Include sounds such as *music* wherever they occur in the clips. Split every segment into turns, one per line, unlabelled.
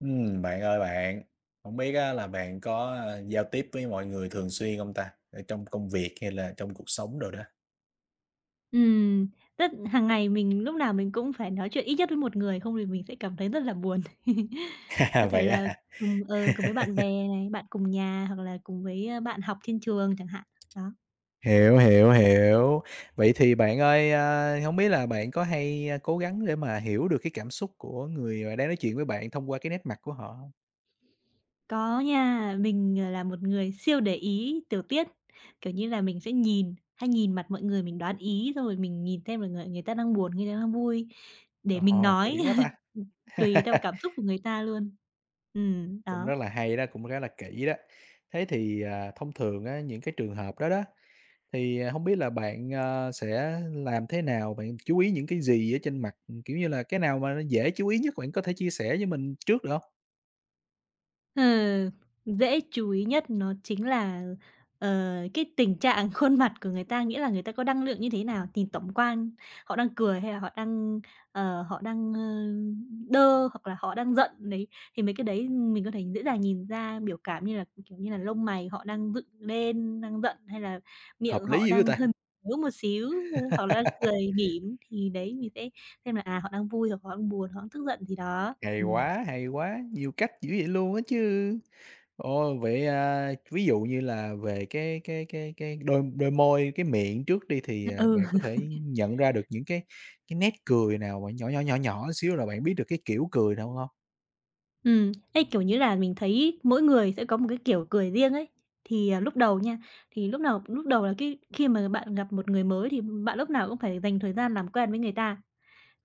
Bạn ơi bạn, không biết á là bạn có, giao tiếp với mọi người thường xuyên không ta? Ở trong công việc hay là trong cuộc sống rồi đó?
Ừm, Tức hàng ngày mình lúc nào mình cũng phải nói chuyện ít nhất với một người, không thì mình sẽ cảm thấy rất là buồn. *laughs* Có
*laughs*
thể
Vậy á
là
hả?
cùng với bạn bè này, bạn cùng nhà hoặc là cùng với, bạn học trên trường chẳng hạn. Đó.
Hiểu, hiểu, hiểu. Vậy thì bạn ơi, hông biết là bạn có hay, cố gắng để mà hiểu được cái cảm xúc của người mà đang nói chuyện với bạn thông qua cái nét mặt của họ không?
Có nha, mình, là một người siêu để ý tiểu tiết, kiểu như là, mình sẽ nhìn hay nhìn mặt mọi người, mình đoán ý rồi mình nhìn xem là người người ta đang buồn, người ta đang vui để mình
Ồ,
nói,
kỹ quá ta!
*laughs* tùy theo
*laughs*
cảm xúc của người ta luôn. Ừ,
Cũng
đó.
rất là hay đó, cũng rất là kỹ đó. Thế thì, thông thường á, những cái trường hợp đó đó, thì không biết là bạn, sẽ làm thế nào? Bạn chú ý những cái gì ở trên mặt? Kiểu như là, cái nào mà nó dễ chú ý nhất bạn có thể chia sẻ với mình trước được hông?
Ờ, Dễ chú ý nhất nó chính là, ờ, cái tình trạng *laughs* khuôn mặt của người ta, nghĩa là người ta có năng lượng như thế nào, nhìn tổng quan, họ đang cười hay là họ đang, ờ, họ đang, ơ, đơ hoặc là họ đang giận đấy. Thì mấy cái đấy mình có thể dễ dàng nhìn ra biểu cảm như là, kiểu như là, lông mày họ đang dựng lên, đang giận hay là
Hợp
miệng họ
lý dữ vậy
đang
ta!
hơi ngứa *laughs* một xíu, họ đang cười mỉm, thì đấy mình sẽ xem là, à, họ đang vui hoặc họ đang buồn, họ đang tức giận gì đó.
Hay quá, hay quá! Nhiều cách dữ vậy luôn á chứ! Ồ, vậy, ví dụ như là về cái đôi đôi môi, cái miệng trước đi thì,
Ừ.
bạn có thể nhận ra được những cái nét cười nào mà nhỏ, nhỏ, nhỏ, nhỏ xíu là bạn biết được cái kiểu cười nào không?
Ừ, ấy, kiểu như là, mình thấy mỗi người sẽ có một cái kiểu cười riêng ấy. Thì, lúc đầu nha, thì lúc nào lúc đầu là cái khi mà bạn gặp một người mới thì bạn lúc nào cũng phải dành thời gian làm quen với người ta.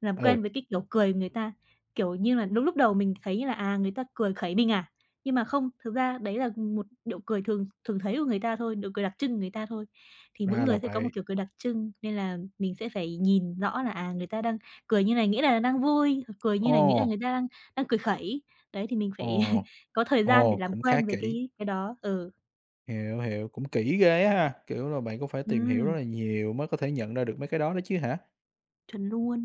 Làm
Ừ,
quen với cái kiểu cười người ta, kiểu như là, đúng lúc đầu mình thấy là, à, người ta cười khẩy mình à, nhưng mà không, thực ra đấy là một điệu cười thường thường thấy của người ta thôi, nụ cười đặc trưng của người ta thôi. Thì mỗi
ra là
người sẽ có một
vậy.
kiểu cười đặc trưng, nên là mình sẽ phải nhìn rõ là, à, người ta đang cười như này nghĩa là đang vui, cười như này nghĩa là
Ồ,
người ta đang đang cười khẩy. Đấy, thì mình
ồ,
phải *laughs* có thời gian để
ồ,
làm
cũng khá
quen với
kỹ.
cái đó. Ừ,
Hiểu, hiểu, cũng kỹ ghê á ha, kiểu là, bạn cũng phải tìm hiểu rất
ừm,
là nhiều mới có thể nhận ra được mấy cái đó đó chứ hả?
chuẩn luôn.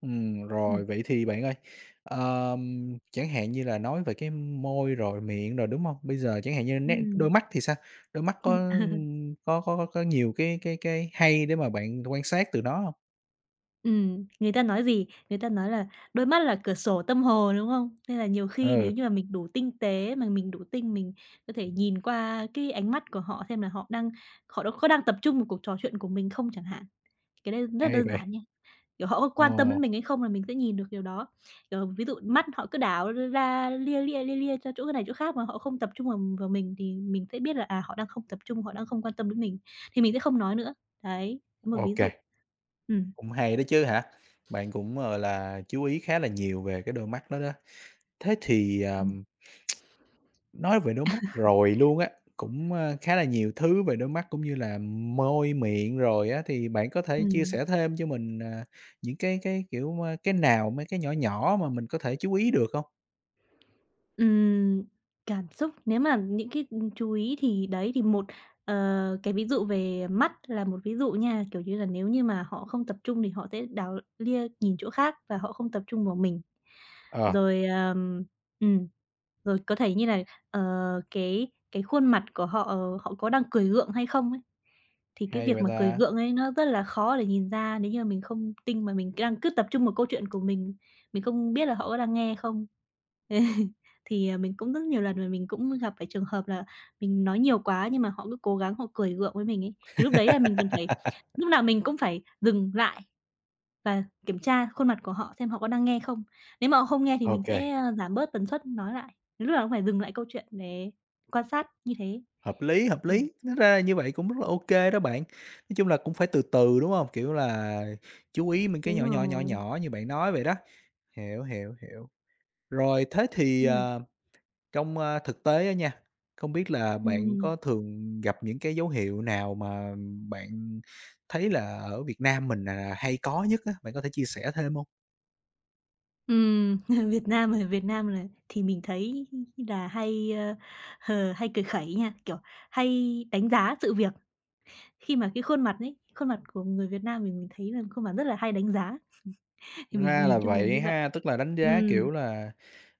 Ừm,
Rồi, vậy thì bạn ơi, chẳng hạn như là nói về cái môi rồi miệng rồi, đúng không? Bây giờ chẳng hạn như nét
ừm.
đôi mắt thì sao? Đôi mắt có, có nhiều cái hay để mà bạn quan sát từ nó không?
Người ta nói gì? Người ta nói là "Đôi mắt là cửa sổ tâm hồn", đúng không? Nên là nhiều khi nếu
Ừ,
như mà mình đủ tinh tế, mà mình đủ tinh, mình có thể nhìn qua cái ánh mắt của họ xem là họ đã có đang tập trung vào cuộc trò chuyện của mình không chẳng hạn. Cái đấy rất là
hay
đơn
vậy.
giản nha, kiểu, họ có quan tâm
Ồ,
đến mình hay không là mình sẽ nhìn được điều đó. Kiểu, ví dụ mắt họ cứ đảo ra lia lia, lia lia cho chỗ này chỗ khác mà họ không tập trung vào vào mình thì mình sẽ biết là, à, họ đang không tập trung, họ đang không quan tâm đến mình, thì mình sẽ không nói nữa. Đấy, một ví
ok,
dụ.
cũng hay đó chứ hả? Bạn cũng, gọi là, chú ý khá là nhiều về cái đôi mắt đó đó. Thế thì. À
Ừm.
Nói về đôi mắt rồi luôn á, cũng, khá là nhiều thứ về đôi mắt cũng như là môi miệng rồi á, thì bạn có thể chia
Ừm,
sẻ thêm cho mình, những cái, kiểu, cái nào mấy cái nhỏ nhỏ mà mình có thể chú ý được không?
ừm, Cảm xúc nếu mà những cái, chú ý thì đấy, thì một, cái ví dụ về mắt là một ví dụ nha, kiểu như là, nếu như mà họ không tập trung thì họ sẽ đảo lia nhìn chỗ khác và họ không tập trung vào mình.
Ờ,
Rồi, rồi có thể như là, ờ, cái khuôn mặt của họ, họ có đang cười gượng hay không ấy. Thì cái
hay
việc
vậy
mà cười
ta.
gượng ấy nó rất là khó để nhìn ra nếu như mình không tinh mà mình đang cứ tập trung vào câu chuyện của mình không biết là họ có đang nghe không. *laughs* Thì, à, mình cũng rất nhiều lần mà mình cũng gặp phải trường hợp là mình nói nhiều quá nhưng mà họ cứ cố gắng họ cười gượng với mình ấy, thì lúc đấy là mình cần phải
*laughs*
lúc nào mình cũng phải dừng lại. Và kiểm tra khuôn mặt của họ xem họ có đang nghe không. Nếu mà họ không nghe thì mình
OK,
sẽ, giảm bớt tần suất nói lại, đến lúc nào cũng phải dừng lại câu chuyện để quan sát như thế.
hợp
Ừm,
lý, tính ra là như vậy cũng rất là ok đó bạn. Nói chung là cũng phải từ từ, đúng không? Kiểu là, chú ý mình cái
đúng
nhỏ nhỏ, nhỏ
rồi.
nhỏ như bạn nói vậy đó. Hiểu, hiểu, hiểu. Rồi thế thì.
Ừm,
À Trong, thực tế á nha, không biết là bạn
ừm,
có thường gặp những cái dấu hiệu nào mà bạn thấy là ở Việt Nam mình là hay có nhất á, bạn có thể chia sẻ thêm hông?
ừm, *laughs* Việt Nam ở Việt Nam là thì mình thấy là hay cười khẩy nha, kiểu, hay đánh giá sự việc. Khi mà cái khuôn mặt ấy, khuôn mặt của người Việt Nam mình thấy là khuôn mặt rất là hay đánh giá, thì mình
Ra
nhìn
là
chung là như
vậy
vậy.
ha, tức là đánh giá,
Ừm,
kiểu là,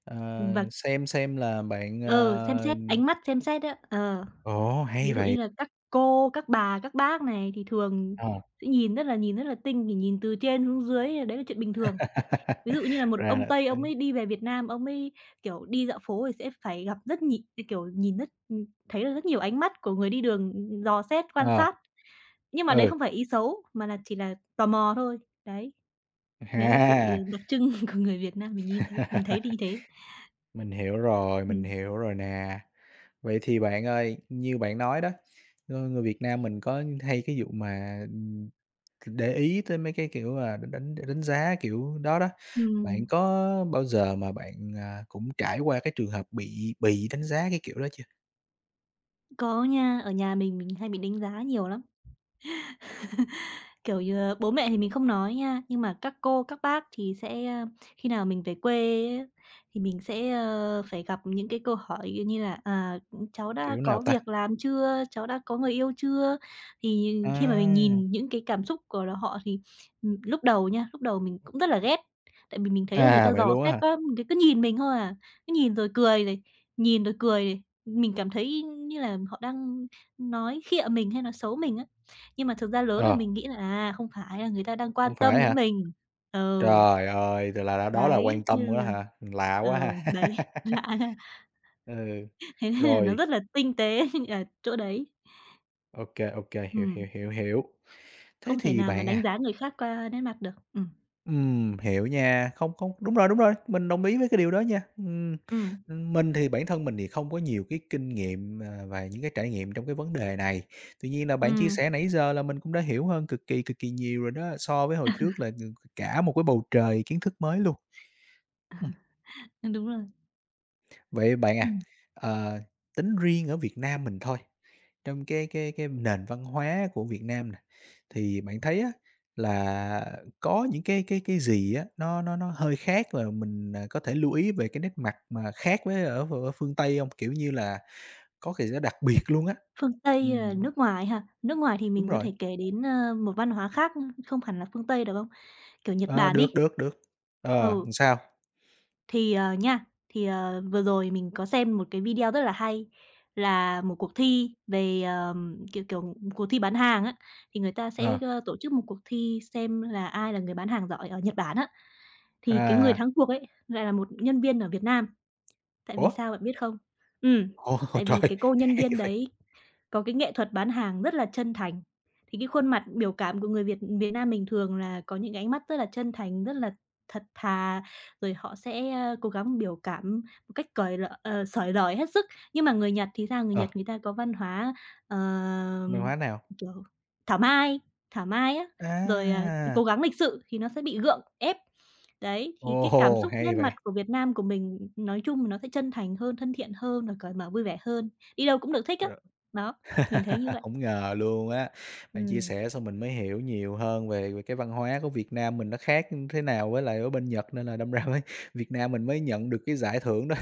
ờ,
và
xem là bạn.
ừ, xem
Ờ
xét, ánh mắt xem xét á, ờ.
ồ,
Ví
hay
dụ như
vậy!
là các cô, các bà, các bác này thì thường
Ờ,
sẽ nhìn rất là tinh, thì nhìn từ trên xuống dưới là đấy là chuyện bình thường. Ví dụ như là
*laughs*
một
ra
ông
là
Tây
thế.
ông ấy đi về Việt Nam, ông ấy, kiểu, đi dạo phố thì sẽ phải gặp rất nhì kiểu, nhìn rất thấy được rất nhiều ánh mắt của người đi đường, dò xét, quan
Ờ,
sát. Nhưng mà đấy
ừ,
không phải ý xấu, mà là chỉ là tò mò thôi. Đấy, đấy là sự
ha.
đặc trưng *laughs* của người Việt Nam mình nhìn thấy mình thấy là như
*laughs*
thế.
Mình
Ừm,
hiểu rồi nè. Vậy thì bạn ơi, như bạn nói đó, người người Việt Nam mình có hay cái vụ mà, để ý tới mấy cái, kiểu, là đánh đánh đánh giá kiểu đó đó.
ừm,
Bạn có bao giờ mà bạn, cũng trải qua cái trường hợp bị đánh giá cái kiểu đó chưa?
có nha, ở nhà mình hay bị đánh giá nhiều lắm. Kiểu như, ờ, bố mẹ thì mình không nói nha, nhưng mà các cô, các bác thì sẽ, khi nào mình về quê á, thì mình sẽ, phải gặp những cái câu hỏi như là, à, "Cháu đã
Kiểu nào
có
ta?
việc làm chưa? Cháu đã có người yêu chưa?" Thì khi mà mình
À,
nhìn những cái cảm xúc của họ thì, lúc đầu nha, lúc đầu mình cũng rất là ghét, tại vì mình thấy là người
à,
ta
vậy
dò
luôn á
xét
hả?
quá, người ta cứ nhìn mình thôi à, cứ nhìn rồi cười này, nhìn rồi cười này. Mình cảm thấy như là họ đang nói khịa mình hay nói xấu mình á. Nhưng mà thực ra lớn rồi
Ờ,
mình nghĩ là, à, không phải là người ta đang quan
hông
tâm
phải
đến
hả?
mình. Ừ,
Trời ơi, vậy là đó là
đấy,
quan
như
tâm nữa
là
hả? Lạ quá
ừ,
ha.
đấy, *laughs* lạ
*laughs*
ha.
Ừ,
Thế nên là nó
rồi,
rất là tinh tế *laughs* ở chỗ đấy.
OK, OK, hiểu,
Ừm,
hiểu, hiểu, hiểu. Thế
không thể
thì
nào mà
bạn
đánh
à,
giá người khác qua nét mặt được.
hiểu nha, không, không đúng rồi, đúng rồi, mình đồng ý với cái điều đó nha.
Ừm,
Mình thì bản thân mình thì không có nhiều cái kinh nghiệm, và những cái trải nghiệm trong cái vấn đề này. Tuy nhiên là bạn chia
Ừm.
sẻ nãy giờ là mình cũng đã hiểu hơn cực kỳ nhiều rồi đó, so với hồi trước là, ừ, cả một cái bầu trời kiến thức mới luôn.
Đúng rồi.
Vậy bạn à,
Ừm.
ờ, tính riêng ở Việt Nam mình thôi, trong cái nền văn hóa của Việt Nam nè, thì bạn thấy á là có những cái gì á nó hơi khác và mình, có thể lưu ý về cái nét mặt mà khác với ở phương Tây không? Kiểu như là, có cái gì đó đặc biệt luôn á.
Phương Tây là
Ừm,
nước ngoài ha? Nước ngoài thì
đúng
mình có
rồi,
thể kể đến, một văn hóa khác, không hẳn là phương Tây được không? Kiểu Nhật
ờ,
Bản
được,
đi.
được, được. Ờ,
Ừ.
làm sao?
Thì, nha, thì, vừa rồi mình có xem một cái video rất là hay là một cuộc thi về, kiểu, cuộc thi bán hàng á, thì người ta sẽ,
Ờ,
tổ chức một cuộc thi xem là ai là người bán hàng giỏi ở Nhật Bản á. Thì cái người
à,
thắng cuộc ấy lại là một nhân viên ở Việt Nam, tại vì
ủa?
sao bạn biết không? Ừm,
Ồ,
Tại
*laughs*
vì
trời,
cái cô nhân
hay
viên
vậy!
đấy có cái nghệ thuật bán hàng rất là chân thành, thì cái khuôn mặt biểu cảm của người Việt Việt Nam mình thường là có những cái ánh mắt rất là chân thành, rất là thật thà, rồi họ sẽ, cố gắng biểu cảm một cách xởi lởi hết sức. Nhưng mà người Nhật thì sao? Người
Ờ,
Nhật người ta có văn hóa, ờ,
văn hóa nào?
kiểu, thảo mai, thảo mai á, rồi, cố
À,
gắng lịch sự thì nó sẽ bị gượng ép. Đấy, thì cái cảm
ồ,
xúc nét
hay vậy!
mặt của Việt Nam của mình nói chung là nó sẽ chân thành hơn, thân thiện hơn và cởi mở vui vẻ hơn, đi đâu cũng được thích á.
Rồi.
Đó. Mình thấy như
*laughs*
vậy.
Hổng ngờ luôn á. Bạn chia
Ừm.
sẻ xong mình mới hiểu nhiều hơn về về cái văn hóa của Việt Nam mình nó khác như thế nào với lại ở bên Nhật, nên là đâm ra mới Việt Nam mình mới nhận được cái giải thưởng đó.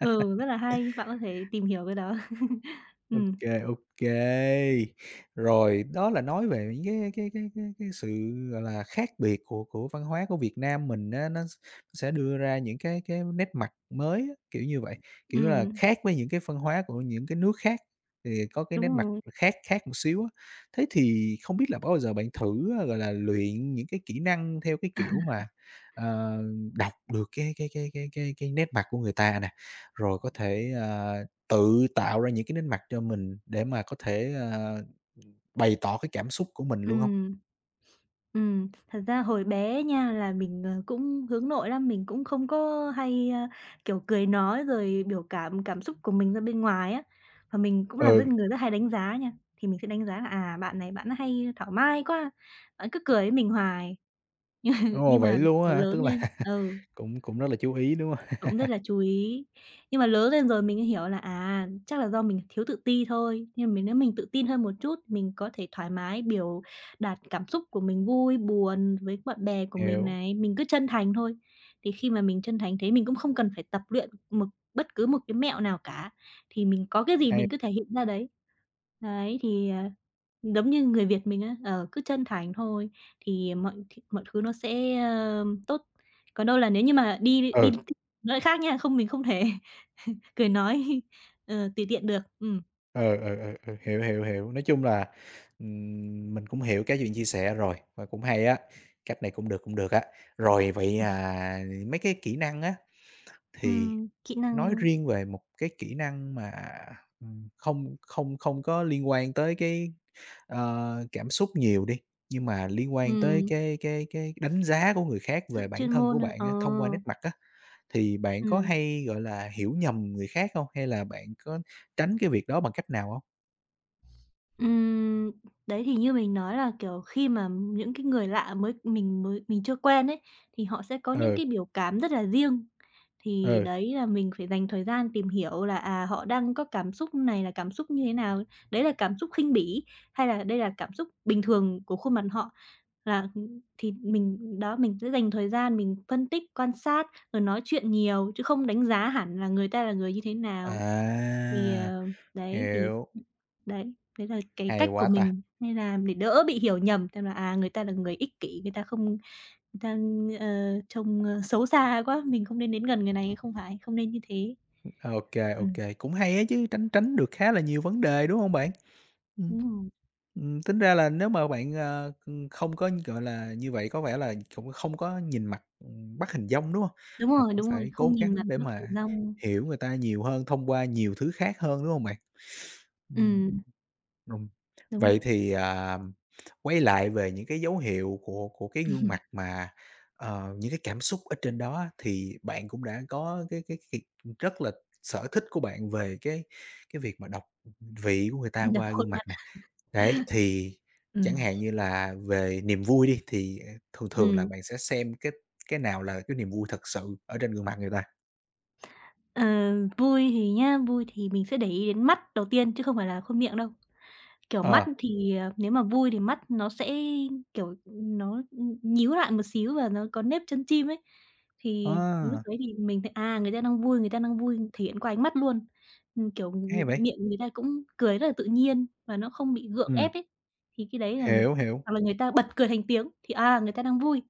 Ừ, rất là hay, bạn có thể tìm hiểu cái đó. *laughs*
Ô
Ừm,
kê, ô kê. Rồi, đó là nói về những cái sự, gọi là, khác biệt của văn hóa của Việt Nam mình á, nó s sẽ đưa ra những cái nét mặt mới á, kiểu như vậy, kiểu là,
ừm,
khác với những cái văn hóa của những cái nước khác thì có cái nét
đúng
mặt
rồi.
khác khác một xíu á. Thế thì không biết là có bao giờ bạn thử, gọi là, luyện những cái kỹ năng theo cái kiểu mà, ờ, đọc được cái nét mặt của người ta nè, rồi có thể, tự tạo ra những cái nét mặt cho mình để mà có thể, bày tỏ cái cảm xúc của mình luôn hông?
Ừm. Thật ra hồi bé nha là mình, cũng hướng nội lắm, mình cũng không có hay, kiểu, cười nói rồi biểu cảm cảm xúc của mình ra bên ngoài á. Và mình cũng là
Ừ,
người rất hay đánh giá nha, thì mình sẽ đánh giá là, à, bạn này bạn hay thảo mai quá, bạn cứ cười với mình hoài.
đúng rồi,
Nhưng mà
vậy luôn
kiểu
á hả?
lớn
Tức là
lên ừ.
*laughs* cũng cũng rất là chú ý, đúng hông?
Cũng rất là chú ý. Nhưng mà lớn lên rồi mình mới hiểu là, à, chắc là do mình thiếu tự ti thôi, nhưng mà mình nếu mình tự tin hơn một chút, mình có thể thoải mái biểu đạt cảm xúc của mình vui, buồn với bạn bè của mình
Hiểu,
này, mình cứ chân thành thôi. Thì khi mà mình chân thành thế mình cũng không cần phải tập luyện bất cứ một cái mẹo nào cả, thì mình có cái gì
hay
mình cứ thể hiện ra đấy. Đấy, thì, giống như người Việt mình á, cứ chân thành thôi thì mọi mọi thứ nó sẽ, tốt. Còn đâu là nếu như mà đi đi
ừ,
nói khác nha, không mình không thể *laughs* cười nói, *laughs* tùy tiện được. Ừm.
ừ, ừ, ừ, ừ, hiểu, hiểu, hiểu. Nói chung là, mình cũng hiểu cái chuyện chia sẻ rồi và cũng hay á, cách này cũng được á. Rồi vậy, mấy cái kỹ năng á, thì
Kỹ
nói
năng,
riêng về một cái kỹ năng mà, không không không có liên quan tới cái. Ờ, cảm xúc nhiều đi, nhưng mà liên quan tới
ừm.
cái đánh giá của người khác
Sự
về bản
chuyên
thân của
môn à?
bạn
Ờ,
á, thông qua nét mặt á, thì bạn có
ừ.
hay, gọi là, hiểu nhầm người khác không? Hay là bạn có tránh cái việc đó bằng cách nào không?
Ừm, đấy, thì như mình nói là, kiểu, khi mà những cái người lạ mới mình chưa quen ấy, thì họ sẽ có những
Ừ,
cái biểu cảm rất là riêng. Thì
ừ,
đấy là mình phải dành thời gian tìm hiểu là, à, họ đang có cảm xúc này là cảm xúc như thế nào, đấy là cảm xúc khinh bỉ, hay là đây là cảm xúc bình thường của khuôn mặt họ. Là, thì mình đó, mình sẽ dành thời gian mình phân tích, quan sát, rồi nói chuyện nhiều, chứ không đánh giá hẳn là người ta là người như thế nào. Thì,
à,
đấy, thì
hiểu,
đấy, đấy là cái
hay
cách của
quá ta!
mình nên là để đỡ bị hiểu nhầm xem là, à, người ta là người ích kỷ, người ta không người ta, trông, xấu xa quá, mình không nên đến gần người này, không phải, không nên như thế.
Ờ, OK, OK,
Ừm,
cũng hay á chứ, tránh tránh được khá là nhiều vấn đề, đúng không bạn? Ừm.
đúng rồi,
Tính ra là nếu mà bạn, không có, gọi là, như vậy có vẻ là cũng không có nhìn mặt, bắt hình dong, đúng không?
đúng
Mà
rồi,
cũng
đúng rồi,
phải
không
cố
nhìn mặt
gắng để
mất hình
mà
dong.
hiểu người ta nhiều hơn thông qua nhiều thứ khác hơn, đúng không bạn? Ừm.
Ừm,
Ừm.
đúng rồi,
Vậy thì, quay lại về những cái dấu hiệu của cái gương mặt mà, những cái cảm xúc ở trên đó á, thì bạn cũng đã có cái việc rất là sở thích của bạn về cái việc mà đọc vị của người ta
đập
qua
khuôn
gương mặt
mặt.
nè. Đấy, thì chẳng
Ừm,
hạn như là về niềm vui đi, thì, thường thường là
ừm.
bạn sẽ xem cái nào là cái niềm vui thật sự ở trên gương mặt người ta?
Ờ, vui thì nhá, vui thì mình sẽ để ý đến mắt đầu tiên chứ không phải là khuôn miệng đâu. Kiểu, mắt
Ờ,
thì, nếu mà vui thì mắt nó sẽ, kiểu, nó, nhíu lại một xíu và nó có nếp chân chim ấy, thì lúc
a,
đấy thì mình thấy, à, người ta đang vui, người ta đang vui thể hiện qua ánh mắt luôn. Kiểu,
hay vậy!
miệng người ta cũng cười rất là tự nhiên và nó không bị gượng ép
Ừm,
ấy, thì cái đấy là
hiểu, hiểu.
hoặc là người ta bật cười thành tiếng thì, à, người ta đang vui.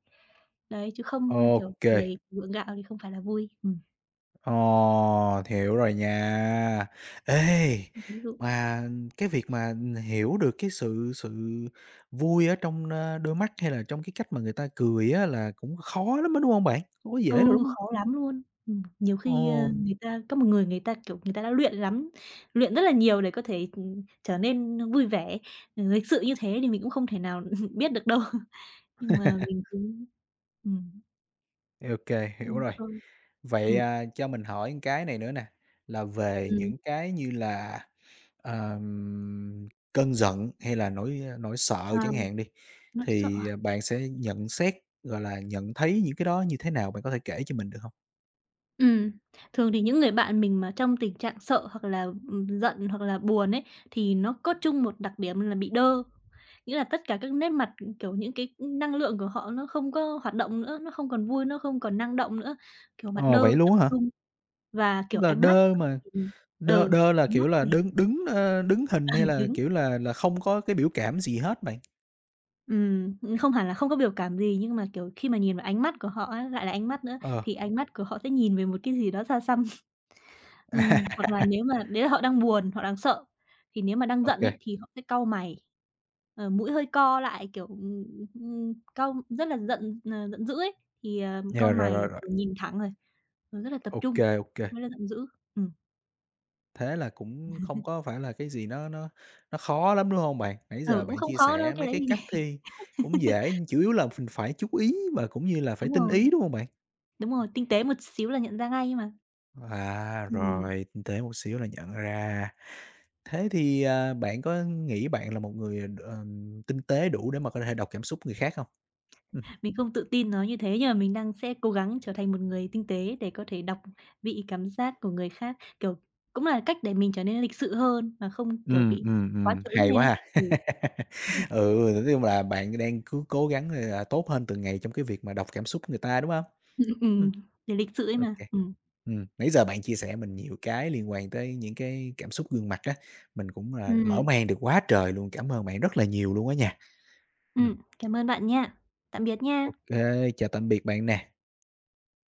Đấy, chứ không, kiểu,
Ok.
cười gượng gạo thì không phải là vui.
Ồ, hiểu rồi nha. Ê,
Ví dụ.
mà cái việc mà hiểu được cái sự sự vui ở trong, đôi mắt hay là trong cái cách mà người ta cười á là cũng khó lắm á, đúng không bạn? Hông có dễ đâu,
Ừ,
đúng không?
khó lắm luôn. Nhiều
Ồ.
khi, người ta có một người người ta, kiểu, người ta đã luyện lắm, luyện rất là nhiều để có thể, trở nên vui vẻ, lịch sự như thế thì mình cũng không thể nào *laughs* biết được đâu. *laughs* Nhưng mà mình cũng ừm,
OK, hiểu rồi.
thôi.
Vậy,
Ừm.
cho mình hỏi một cái này nữa nè, là về
Ừm,
những cái như là, ờm, cơn giận hay là nỗi
ờ.
sợ chẳng hạn đi,
Nỗi sợ
thì,
à?
bạn sẽ nhận xét, gọi là, nhận thấy những cái đó như thế nào? Bạn có thể kể cho mình được không?
Ừm, thường thì những người bạn mình mà trong tình trạng sợ hoặc là, giận hoặc là buồn ấy, thì nó có chung một đặc điểm là bị đơ. Nghĩa là tất cả các nét mặt, kiểu, những cái năng lượng của họ nó không có hoạt động nữa, nó không còn vui, nó không còn năng động nữa, kiểu, mặt
Ồ,
đơ,
vậy
tập
luôn á hả?
trung và,
Tức
kiểu,
là
ánh mắt
đơ
có
mà
thể nhìn
đơ
ừ,
đơ là,
ánh mắt
kiểu là,
thì
đứng đứng, ơ, đứng hình hay
*laughs*
là,
đứng.
kiểu là không có cái biểu cảm gì hết bạn?
Không hẳn là không có biểu cảm gì nhưng mà, kiểu, khi mà nhìn vào ánh mắt của họ á, lại là ánh mắt nữa,
Ờ.
thì ánh mắt của họ sẽ nhìn về một cái gì đó xa xăm. Hoặc là nếu
*laughs*
mà đấy là họ đang buồn, họ đang sợ, thì nếu mà đang giận
OK,
ấy
ô,
thì họ sẽ cau mày, mũi hơi co lại, kiểu, cau rất là giận, giận dữ ấy, thì, cau
yeah, rồi,
mày
rồi, rồi.
rồi nhìn thẳng rồi, rồi rất là tập
OK,
trung,
OK.
mới là giận dữ. Ừm,
Thế là cũng không có phải là cái gì nó khó lắm, đúng hông bạn? Nãy
ừ,
giờ
cũng
bạn
không
chia
khó đâu,
sẻ
cái
mấy
đấy
cái cách
thì *laughs*
thi cũng dễ, nhưng chủ yếu là mình phải chú ý và cũng như là phải
đúng
tinh
rồi,
ý, đúng hông bạn?
đúng rồi, tinh tế một xíu là nhận ra ngay mà.
À,
Ừm.
rồi, tinh tế một xíu là nhận ra. Thế thì, bạn có nghĩ bạn là một người, tinh tế đủ để mà có thể đọc cảm xúc người khác hông? Ừm.
Mình không tự tin nó như thế, nhưng mà mình đang sẽ cố gắng trở thành một người tinh tế để có thể đọc vị cảm giác của người khác, kiểu, cũng là cách để mình trở nên lịch sự hơn mà không, kiểu, bị quá trớn
Hay
lên
quá
ấy.
ha.
Ừ.
*laughs*
*laughs*
Ừ, nói chung là bạn đang cứ cố gắng, tốt hơn từng ngày trong cái việc mà đọc cảm xúc người ta, đúng hông?
Ừm, ừm, để lịch sự ấy
Ô
mà.
kê.
Ừm.
Nãy giờ bạn chia sẻ mình nhiều cái liên quan tới những cái cảm xúc gương mặt á, mình cũng là mở
Ừm,
mang được quá trời luôn. Cảm ơn bạn rất là nhiều luôn á nha. Ừm,
cảm ơn bạn nha. Tạm biệt nha.
ô kê, chào tạm biệt bạn nè.